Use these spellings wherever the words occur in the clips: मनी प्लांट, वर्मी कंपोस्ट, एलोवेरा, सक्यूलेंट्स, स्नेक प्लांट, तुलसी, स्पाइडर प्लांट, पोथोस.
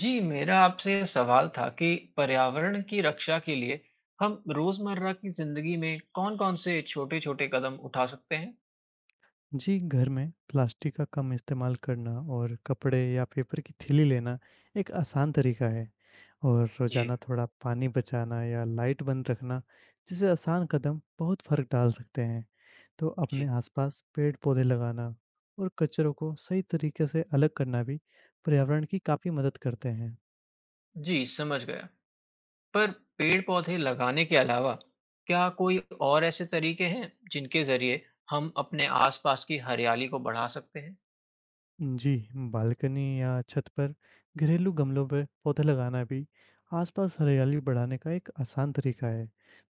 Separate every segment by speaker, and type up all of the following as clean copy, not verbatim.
Speaker 1: जी, मेरा आपसे सवाल था कि पर्यावरण की रक्षा के लिए हम रोज़मर्रा की ज़िंदगी में कौन-कौन से छोटे-छोटे कदम उठा सकते हैं?
Speaker 2: जी, घर में प्लास्टिक का कम इस्तेमाल करना और कपड़े या पेपर की थैली लेना एक आसान तरीका है और
Speaker 1: जी,
Speaker 2: रोज़ाना थोड़ा पानी बचाना या लाइट बंद रखना जैसे आसान कदम बहुत फ़र्क डाल सकते हैं। तो
Speaker 1: जी।
Speaker 2: अपने आसपास पेड़-पौधे लगाना और कचरों को सही तरीके से अलग करना भी पर्यावरण की काफ़ी मदद करते हैं।
Speaker 1: जी, समझ गया। पर पेड़-पौधे लगाने के अलावा क्या कोई और ऐसे तरीके हैं जिनके ज़रिए हम अपने आस-पास की हरियाली को बढ़ा सकते हैं?
Speaker 2: जी, बालकनी या छत पर घरेलू गमलों पर पौधे लगाना भी आसपास हरियाली बढ़ाने का एक आसान तरीका है।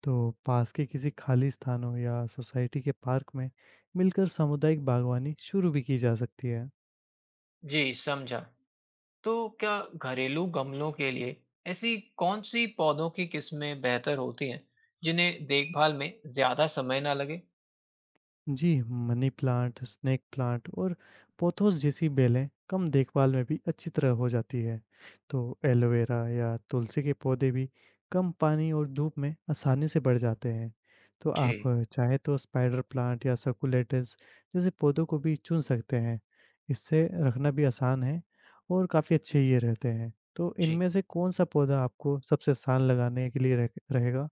Speaker 2: तो पास के किसी खाली स्थानों या सोसाइटी के पार्क में मिलकर सामुदायिक बागवानी शुरू भी की जा सकती है।
Speaker 1: जी, समझा। तो क्या घरेलू गमलों के लिए ऐसी कौन-सी पौधों की किस्में बेहतर होती हैं जिन्हें देखभाल में ज़्यादा समय ना लगे?
Speaker 2: जी, मनी प्लांट, स्नेक प्लांट और पोथोस जैसी बेलें कम देखभाल में भी अच्छी तरह हो जाती है। तो एलोवेरा या तुलसी के पौधे भी कम पानी और धूप में आसानी से बढ़ जाते हैं। तो
Speaker 1: जी।
Speaker 2: आप चाहे तो स्पाइडर प्लांट या सक्यूलेंट्स जैसे पौधों को भी चुन सकते हैं। इससे रखना भी आसान है और काफ़ी अच्छे ये रहते हैं। तो
Speaker 1: जी।
Speaker 2: इनमें से कौन-सा पौधा आपको सबसे आसान लगाने के लिए रह रहेगा?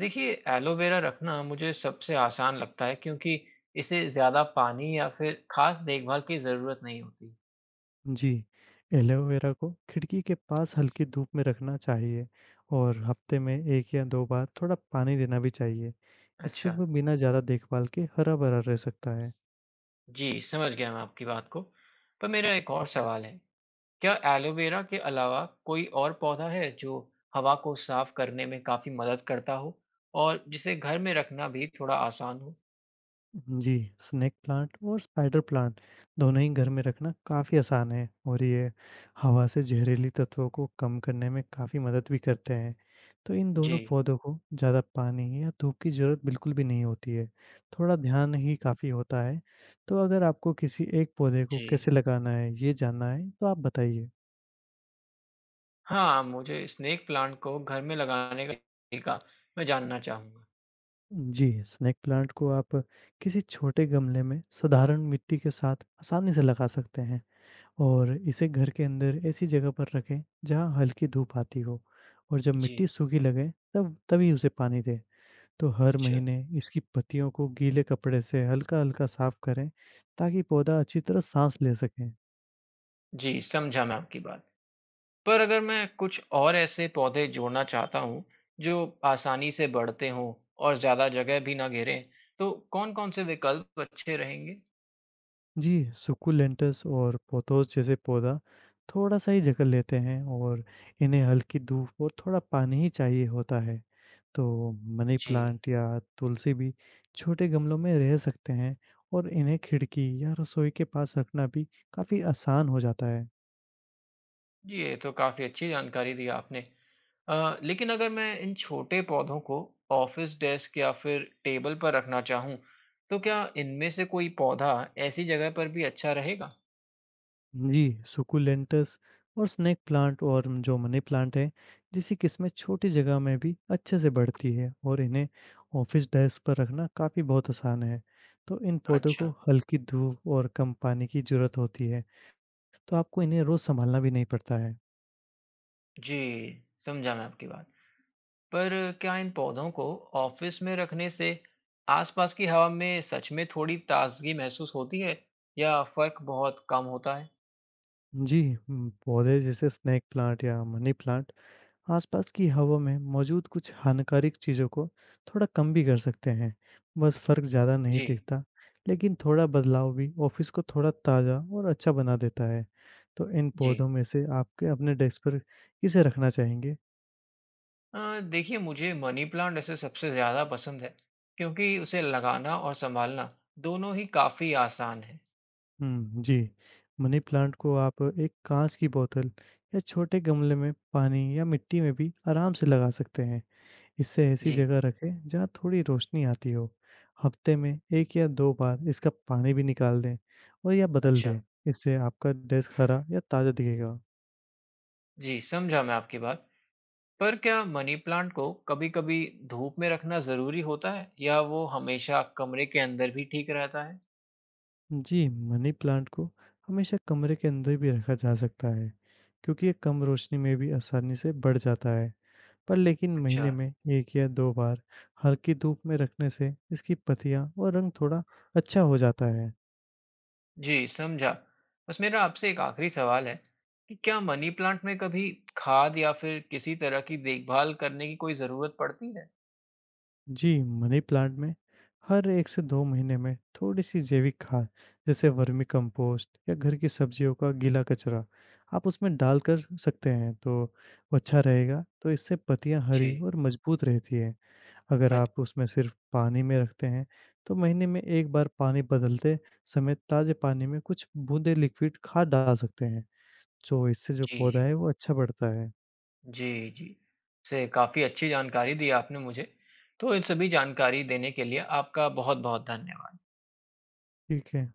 Speaker 1: देखिए, एलोवेरा रखना मुझे सबसे आसान लगता है क्योंकि इसे ज़्यादा पानी या फिर ख़ास देखभाल की ज़रूरत नहीं होती।
Speaker 2: जी, एलोवेरा को खिड़की के पास हल्की धूप में रखना चाहिए और हफ्ते में 1 या 2 बार थोड़ा पानी देना भी चाहिए। इससे
Speaker 1: अच्छा।
Speaker 2: वो बिना ज़्यादा देखभाल के हरा-भरा रह सकता है।
Speaker 1: जी, समझ गया मैं आपकी बात को। पर मेरा एक और सवाल है, क्या एलोवेरा के अलावा कोई और पौधा है जो हवा को साफ़ करने में काफ़ी मदद करता हो और जिसे घर में रखना भी थोड़ा आसान हो?
Speaker 2: जी, स्नेक प्लांट और स्पाइडर प्लांट दोनों ही घर में रखना काफ़ी आसान है और ये हवा से जहरीली तत्वों को कम करने में काफ़ी मदद भी करते हैं। तो इन दोनों
Speaker 1: जी,
Speaker 2: पौधों को ज़्यादा पानी या धूप की ज़रूरत बिल्कुल भी नहीं होती है, थोड़ा ध्यान ही काफ़ी होता है। तो अगर आपको किसी एक पौधे को
Speaker 1: जी।
Speaker 2: कैसे लगाना है, ये जानना है तो आप बताइए?
Speaker 1: हाँ, मुझे स्नेक प्लांट को घर में लगाने का तरीका मैं जानना चाहूँगा।
Speaker 2: जी, स्नेक प्लांट को आप किसी छोटे गमले में साधारण मिट्टी के साथ आसानी से लगा सकते हैं। और इसे घर के अंदर ऐसी जगह पर रखें जहाँ हल्की धूप आती हो और जब मिट्टी
Speaker 1: जी,
Speaker 2: सूखी लगे तब तभी उसे पानी दें। तो हर
Speaker 1: अच्छा।
Speaker 2: महीने इसकी पत्तियों को गीले कपड़े से हल्का-हल्का साफ करें ताकि पौधा अच्छी तरह साँस ले सके।
Speaker 1: जी, समझा मैं आपकी बात। पर अगर मैं कुछ और ऐसे पौधे जोड़ना चाहता हूँ जो आसानी से बढ़ते हों और ज़्यादा जगह भी ना घेरें, तो कौन-कौन से विकल्प अच्छे रहेंगे?
Speaker 2: जी, सुकुलेंटस और पोथोस जैसे पौधा थोड़ा-सा ही जगह लेते हैं और इन्हें हल्की धूप और थोड़ा पानी ही चाहिए होता है। तो मनी
Speaker 1: जी,
Speaker 2: प्लांट या तुलसी भी छोटे गमलों में रह सकते हैं और इन्हें खिड़की या रसोई के पास रखना भी काफ़ी आसान हो जाता है।
Speaker 1: जी, ये तो काफ़ी अच्छी जानकारी दी आपने। लेकिन अगर मैं इन छोटे पौधों को ऑफिस डेस्क या फिर टेबल पर रखना चाहूँ, तो क्या इनमें से कोई पौधा ऐसी जगह पर भी अच्छा रहेगा?
Speaker 2: जी, सुकुलेंटस और स्नेक प्लांट और जो मनी प्लांट है, जिसकी किस्में छोटी जगह में भी अच्छे से बढ़ती है और इन्हें ऑफिस डेस्क पर रखना काफ़ी बहुत आसान है। तो इन पौधों को
Speaker 1: अच्छा,
Speaker 2: हल्की धूप और कम पानी की ज़रूरत होती है, तो आपको इन्हें रोज़ सँभालना भी नहीं पड़ता है।
Speaker 1: जी, समझा मैं आपकी बात। पर क्या इन पौधों को ऑफिस में रखने से आसपास की हवा में सच में थोड़ी ताजगी महसूस होती है या फर्क बहुत कम होता है?
Speaker 2: जी, पौधे जैसे स्नेक प्लांट या मनी प्लांट आसपास की हवा में मौजूद कुछ हानिकारक चीज़ों को थोड़ा कम भी कर सकते हैं। बस फ़र्क ज़्यादा नहीं
Speaker 1: जी,
Speaker 2: दिखता, लेकिन थोड़ा बदलाव भी ऑफ़िस को थोड़ा ताज़ा और अच्छा बना देता है। तो इन
Speaker 1: जी।
Speaker 2: पौधों में से आपके अपने डेस्क पर किसे रखना चाहेंगे?
Speaker 1: देखिए मुझे मनी प्लांट ऐसे सबसे ज़्यादा पसंद है क्योंकि उसे लगाना और संभालना दोनों ही काफ़ी आसान है।
Speaker 2: हुँ, जी। मनी प्लांट को आप एक काँच की बोतल या छोटे गमले में पानी या मिट्टी में भी आराम से लगा सकते हैं। इसे ऐसी
Speaker 1: जी,
Speaker 2: जगह रखें जहाँ थोड़ी रोशनी आती हो। हफ्ते में 1 या 2 बार इसका पानी भी निकाल दें और या बदल
Speaker 1: अच्छा।
Speaker 2: दें। इससे आपका डेस्क हरा या ताज़ा दिखेगा।
Speaker 1: जी, समझा मैं आपकी बात। पर क्या मनी प्लांट को कभी-कभी धूप में रखना ज़रूरी होता है या वो हमेशा कमरे के अंदर भी ठीक रहता है?
Speaker 2: जी, मनी प्लांट को हमेशा कमरे के अंदर भी रखा जा सकता है, क्योंकि ये कम रोशनी में भी आसानी से बढ़ जाता है। पर लेकिन महीने
Speaker 1: अच्छा।
Speaker 2: में 1 या 2 बार हल्की धूप में रखने से इसकी पत्तियाँ और रंग थोड़ा अच्छा हो जाता है।
Speaker 1: जी, समझा। बस मेरा आपसे एक आखिरी सवाल है कि क्या मनी प्लांट में कभी खाद या फिर किसी तरह की देखभाल करने की कोई ज़रूरत पड़ती है?
Speaker 2: जी, मनी प्लांट में हर 1 से 2 महीने में थोड़ी-सी जैविक खाद जैसे वर्मी कंपोस्ट या घर की सब्जियों का गीला कचरा आप उसमें डाल कर सकते हैं, तो वो अच्छा रहेगा। तो इससे पत्तियाँ हरी
Speaker 1: जी।
Speaker 2: और मजबूत रहती हैं। अगर
Speaker 1: अच
Speaker 2: आप उसमें सिर्फ पानी में रखते हैं, तो महीने में 1 बार पानी बदलते समय ताज़े पानी में कुछ बूंदे लिक्विड खाद डाल सकते हैं, जो इससे जो पौधा
Speaker 1: जी,
Speaker 2: है वो अच्छा बढ़ता है।
Speaker 1: जी, जी। से काफ़ी अच्छी जानकारी दी आपने मुझे। तो इन सभी जानकारी देने के लिए आपका बहुत-बहुत धन्यवाद।
Speaker 2: ठीक है।